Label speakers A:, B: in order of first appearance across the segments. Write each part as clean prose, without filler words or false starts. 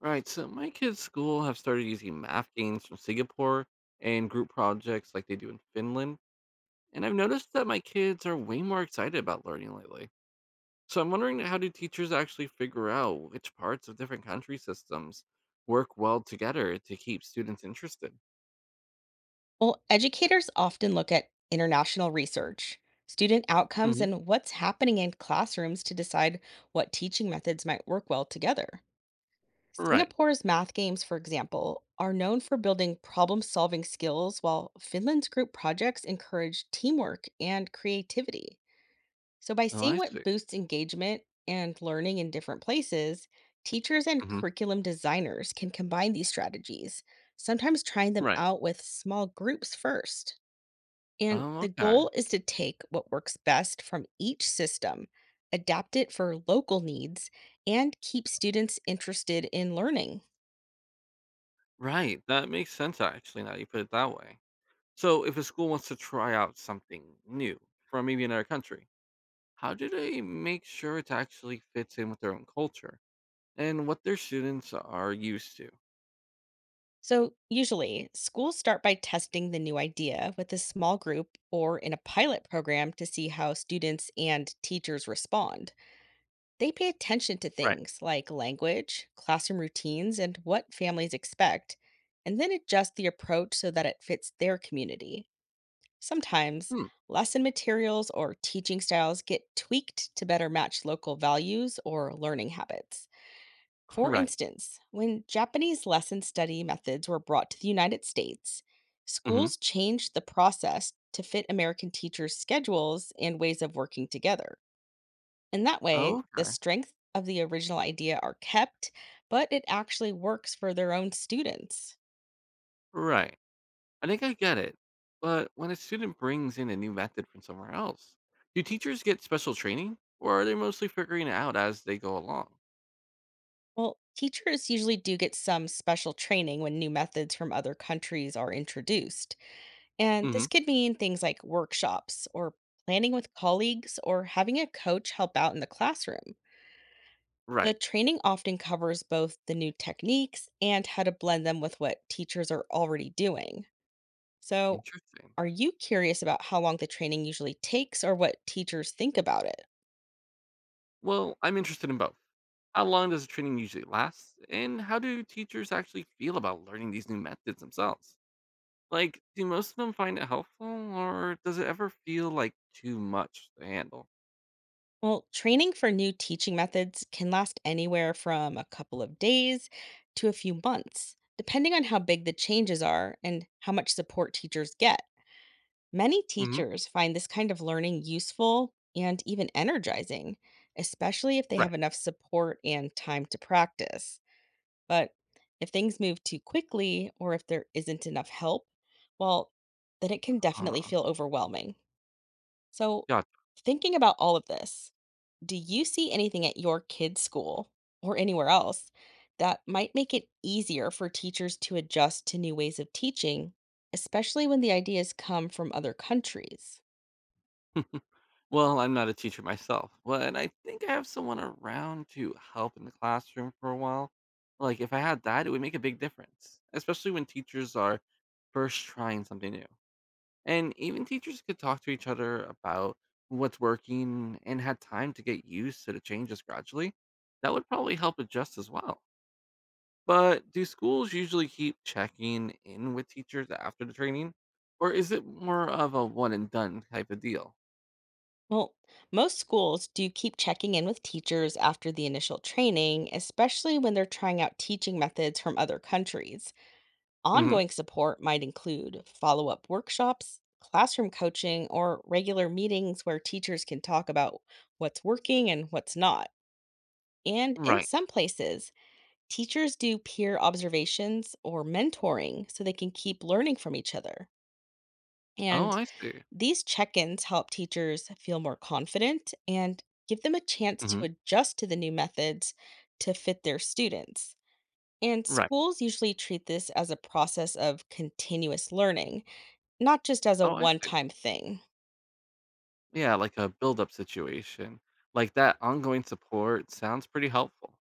A: Right. So my kids' school have started using math games from Singapore and group projects like they do in Finland. And I've noticed that my kids are way more excited about learning lately. So I'm wondering, how do teachers actually figure out which parts of different country systems work well together to keep students interested?
B: Well, educators often look at international research, student outcomes,
A: Hmm.
B: and what's happening in classrooms to decide what teaching methods might work well together.
A: Right.
B: Singapore's math games, for example, are known for building problem solving skills, while Finland's group projects encourage teamwork and creativity. So, by
A: Oh,
B: seeing
A: I
B: what
A: see.
B: boosts engagement and learning in different places, teachers and
A: Hmm.
B: curriculum designers can combine these strategies, sometimes trying them
A: Right.
B: out with small groups first. And
A: Oh,
B: the
A: okay.
B: goal is to take what works best from each system, adapt it for local needs, and keep students interested in learning.
A: Right. That makes sense, actually, now you put it that way. So if a school wants to try out something new from maybe another country, how do they make sure it actually fits in with their own culture and what their students are used to?
B: So, usually, schools start by testing the new idea with a small group or in a pilot program to see how students and teachers respond. They pay attention to
A: Right.
B: things like language, classroom routines, and what families expect, and then adjust the approach so that it fits their community. Sometimes
A: Hmm.
B: lesson materials or teaching styles get tweaked to better match local values or learning habits. For
A: Right.
B: instance, when Japanese lesson study methods were brought to the United States,
A: Hmm.
B: schools changed the process to fit American teachers' schedules and ways of working together. In that
A: Oh,
B: way, the
A: okay.
B: strength of the original idea are kept, but it actually works for their own students.
A: Right. I think I get it. But when a student brings in a new method from somewhere else, do teachers get special training, or are they mostly figuring it out as they go along?
B: Well, teachers usually do get some special training when new methods from other countries are introduced. And
A: Hmm.
B: this could mean things like workshops or planning with colleagues or having a coach help out in the classroom. The
A: Right.
B: training often covers both the new techniques and how to blend them with what teachers are already doing. So,
A: Interesting.
B: are you curious about how long the training usually takes or what teachers think about it?
A: Well, I'm interested in both. How long does the training usually last? And how do teachers actually feel about learning these new methods themselves? Like, do most of them find it helpful, or does it ever feel like too much to handle?
B: Well, training for new teaching methods can last anywhere from a couple of days to a few months, depending on how big the changes are and how much support teachers get. Many
A: Hmm.
B: teachers find this kind of learning useful and even energizing, especially if they
A: Right.
B: have enough support and time to practice. But if things move too quickly or if there isn't enough help, well, then it can definitely
A: Uh,
B: feel overwhelming. So,
A: gotcha.
B: thinking about all of this, do you see anything at your kids' school or anywhere else that might make it easier for teachers to adjust to new ways of teaching, especially when the ideas come from other countries?
A: Well, I'm not a teacher myself, but I think I have someone around to help in the classroom for a while. Like, if I had that, it would make a big difference, especially when teachers are first trying something new. And even teachers could talk to each other about what's working and had time to get used to the changes gradually. That would probably help adjust as well. But do schools usually keep checking in with teachers after the training? Or is it more of a one and done type of deal?
B: Well, most schools do keep checking in with teachers after the initial training, especially when they're trying out teaching methods from other countries.
A: Hmm.
B: Ongoing support might include follow up workshops, classroom coaching, or regular meetings where teachers can talk about what's working and what's not. And in
A: Right.
B: some places, teachers do peer observations or mentoring so they can keep learning from each other.
A: Oh,
B: And
A: I see.
B: these check ins help teachers feel more confident and give them a chance to
A: Hmm.
B: adjust to the new methods to fit their students. And
A: Right.
B: schools usually treat this as a process of continuous learning, not just as a
A: Oh, I
B: one
A: see.
B: time thing.
A: Yeah, like a build up situation. Like, that ongoing support sounds pretty helpful.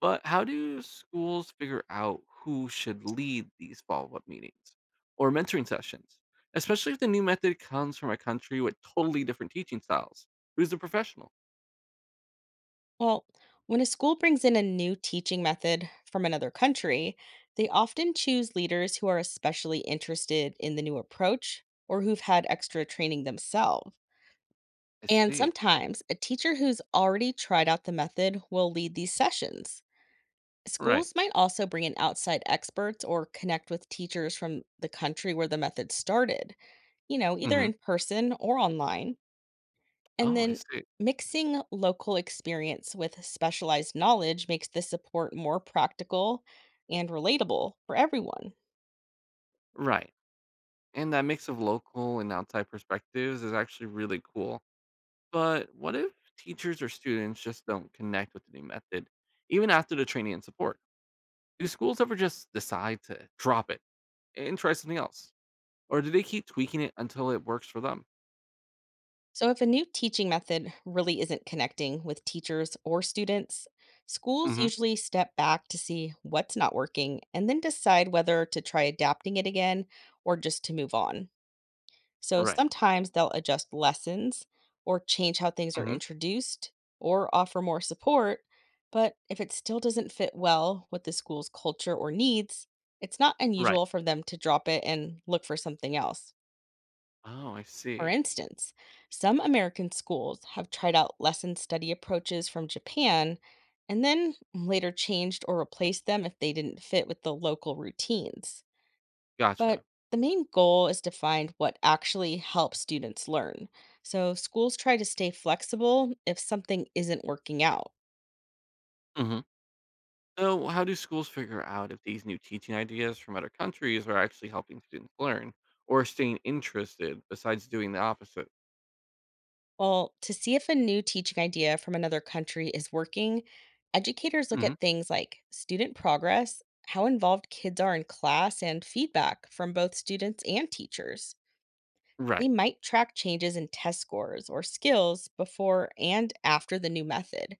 A: But how do schools figure out who should lead these follow up meetings or mentoring sessions? Especially if the new method comes from a country with totally different teaching styles. Who's the professional?
B: Well, when a school brings in a new teaching method from another country, they often choose leaders who are especially interested in the new approach or who've had extra training themselves.
A: I
B: And
A: see.
B: sometimes a teacher who's already tried out the method will lead these sessions.
A: Right.
B: Schools might also bring in outside experts or connect with teachers from the country where the method started, you know, either
A: Mhm.
B: in person or online. And
A: Oh, I
B: then
A: see.
B: mixing local experience with specialized knowledge makes the support more practical and relatable for everyone.
A: Right. And that mix of local and outside perspectives is actually really cool. But what if teachers or students just don't connect with the new method, even after the training and support? Do schools ever just decide to drop it and try something else? Or do they keep tweaking it until it works for them?
B: So, if a new teaching method really isn't connecting with teachers or students, schools
A: Hmm.
B: usually step back to see what's not working and then decide whether to try adapting it again or just to move on. So,
A: Right.
B: sometimes they'll adjust lessons or change how things are
A: Hmm.
B: introduced or offer more support. But if it still doesn't fit well with the school's culture or needs, it's not
A: Right.
B: unusual for them to drop it and look for something else.
A: Oh, I
B: For
A: see.
B: instance, some American schools have tried out lesson study approaches from Japan and then later changed or replaced them if they didn't fit with the local routines.
A: Gotcha.
B: But the main goal is to find what actually helps students learn. So schools try to stay flexible if something isn't working out.
A: Mhm. So, how do schools figure out if these new teaching ideas from other countries are actually helping students learn or staying interested besides doing the opposite?
B: Well, to see if a new teaching idea from another country is working, educators look
A: Hmm.
B: at things like student progress, how involved kids are in class, and feedback from both students and teachers. They
A: Right.
B: might track changes in test scores or skills before and after the new method,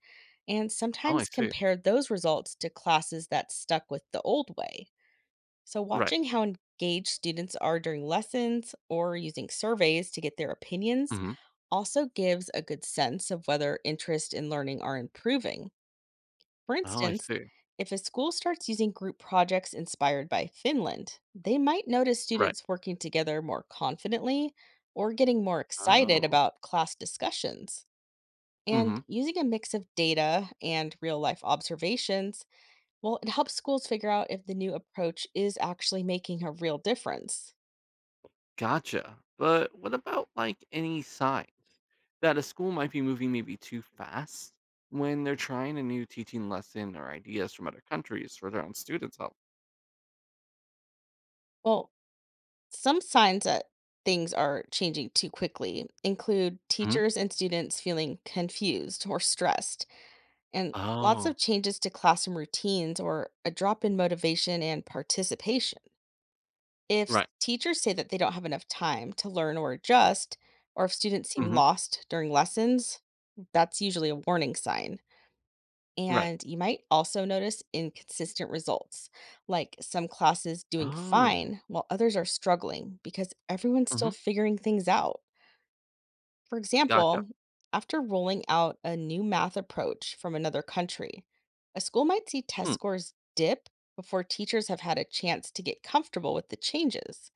B: and
A: Oh, I
B: sometimes
A: see.
B: compare those results to classes that stuck with the old way. So,
A: Right.
B: watching how engaged students are during lessons or using surveys to get their opinions
A: Hmm.
B: also gives a good sense of whether interest in learning are improving. For
A: Oh, I
B: instance,
A: see.
B: if a school starts using group projects inspired by Finland, they might notice
A: Right.
B: students working together more confidently or getting more excited
A: Oh.
B: about class discussions. And
A: Hmm.
B: using a mix of data and real life observations, well, it helps schools figure out if the new approach is actually making a real difference.
A: Gotcha. But what about, like, any signs that a school might be moving maybe too fast when they're trying a new teaching lesson or ideas from other countries for their own students' help?
B: Well, some signs that things are changing too quickly include
A: Hmm.
B: teachers and students feeling confused or stressed, and lots
A: Oh,
B: of changes to classroom routines or a drop in motivation and participation. If
A: right.
B: teachers say that they don't have enough time to learn or adjust, or if students seem
A: Hmm.
B: lost during lessons, that's usually a warning sign.
A: Right.
B: And you might also notice inconsistent results, like some classes doing
A: Oh.
B: fine while others are struggling because everyone's still
A: Hmm.
B: figuring things out. For
A: Gotcha.
B: example, after rolling out a new math approach from another country, a school might see test
A: Hmm.
B: scores dip before teachers have had a chance to get comfortable with the changes.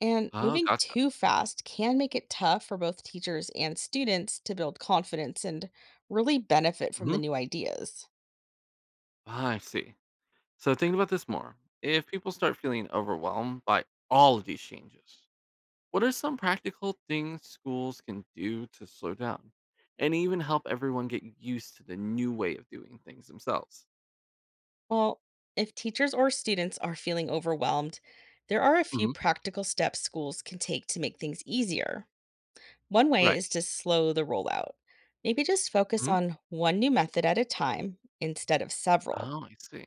B: And
A: Oh,
B: moving
A: gotcha.
B: too fast can make it tough for both teachers and students to build confidence and really benefit from the
A: Mhm.
B: new ideas.
A: I see. So thinking about this more, if people start feeling overwhelmed by all of these changes, what are some practical things schools can do to slow down and even help everyone get used to the new way of doing things themselves?
B: Well, if teachers or students are feeling overwhelmed, there are a few
A: Hmm.
B: practical steps schools can take to make things easier. One way
A: Right.
B: is to slow the rollout. Maybe just focus
A: Hmm.
B: on one new method at a time instead of several,
A: Oh, I see.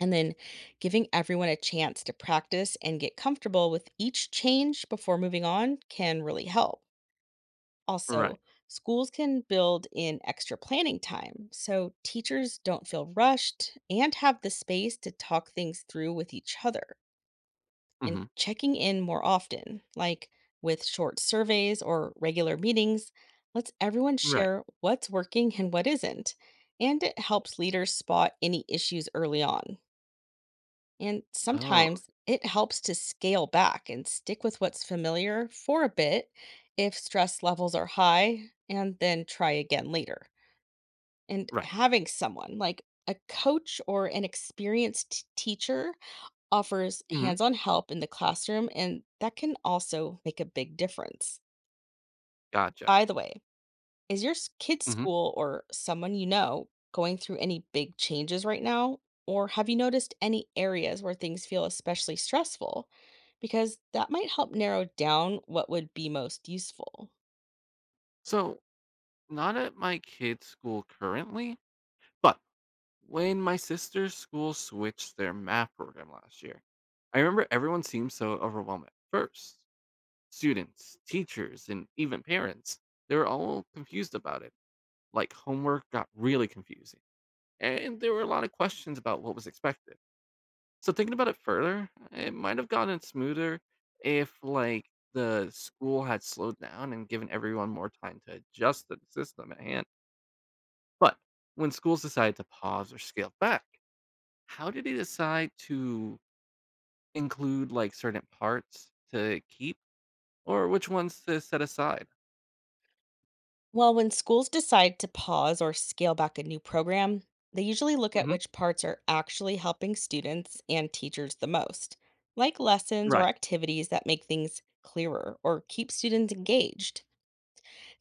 B: and then giving everyone a chance to practice and get comfortable with each change before moving on can really help.
A: Right.
B: Also, schools can build in extra planning time so teachers don't feel rushed and have the space to talk things through with each other, and
A: Hmm.
B: checking in more often, like with short surveys or regular meetings, lets everyone
A: Right.
B: share what's working and what isn't, and it helps leaders spot any issues early on. And
A: Oh,
B: sometimes it helps to scale back and stick with what's familiar for a bit if stress levels are high, and then try again later. And
A: right.
B: having someone like a coach or an experienced teacher offers
A: Hmm.
B: hands on help in the classroom, and that can also make a big difference.
A: Gotcha.
B: By the way, is your kid's
A: Hmm.
B: school or someone you know going through any big changes right now? Or have you noticed any areas where things feel especially stressful? Because that might help narrow down what would be most useful.
A: So, not at my kid's school currently, but when my sister's school switched their math program last year, I remember everyone seemed so overwhelmed at first. Students, teachers, and even parents, they were all confused about it. Like, homework got really confusing. And there were a lot of questions about what was expected. So thinking about it further, it might have gotten smoother if, like, the school had slowed down and given everyone more time to adjust to the system at hand. But when schools decided to pause or scale back, how did he decide to include, like, certain parts to keep or which ones to set aside?
B: Well, when schools decide to pause or scale back a new program, they usually look at
A: Mhm.
B: which parts are actually helping students and teachers the most, like lessons or
A: Right.
B: activities that make things clearer or keep students engaged.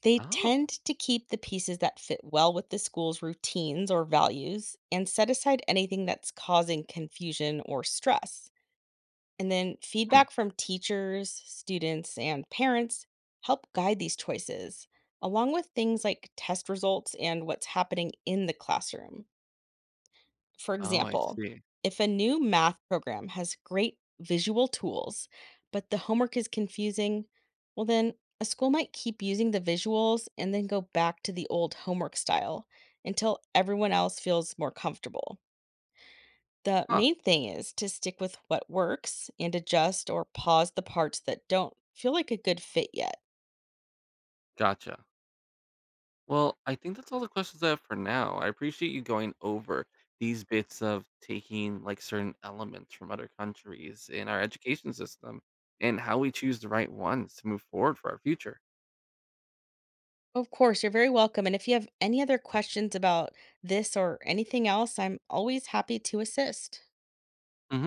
B: They tend
A: Oh,
B: to keep the pieces that fit well with the school's routines or values, and set aside anything that's causing confusion or stress. And then
A: hmm.
B: feedback from teachers, students, and parents help guide these choices, along with things like test results and what's happening in the classroom. For
A: Oh, I
B: example,
A: see.
B: if a new math program has great visual tools, but the homework is confusing, well, then a school might keep using the visuals and then go back to the old homework style until everyone else feels more comfortable. The
A: Huh,
B: main thing is to stick with what works and adjust or pause the parts that don't feel like a good fit yet.
A: gotcha. Well, I think that's all the questions I have for now. I appreciate you going over these bits of taking, like, certain elements from other countries in our education system and how we choose the right ones to move forward for our future.
B: Of course, you're very welcome. And if you have any other questions about this or anything else, I'm always happy to assist.
A: Mhm.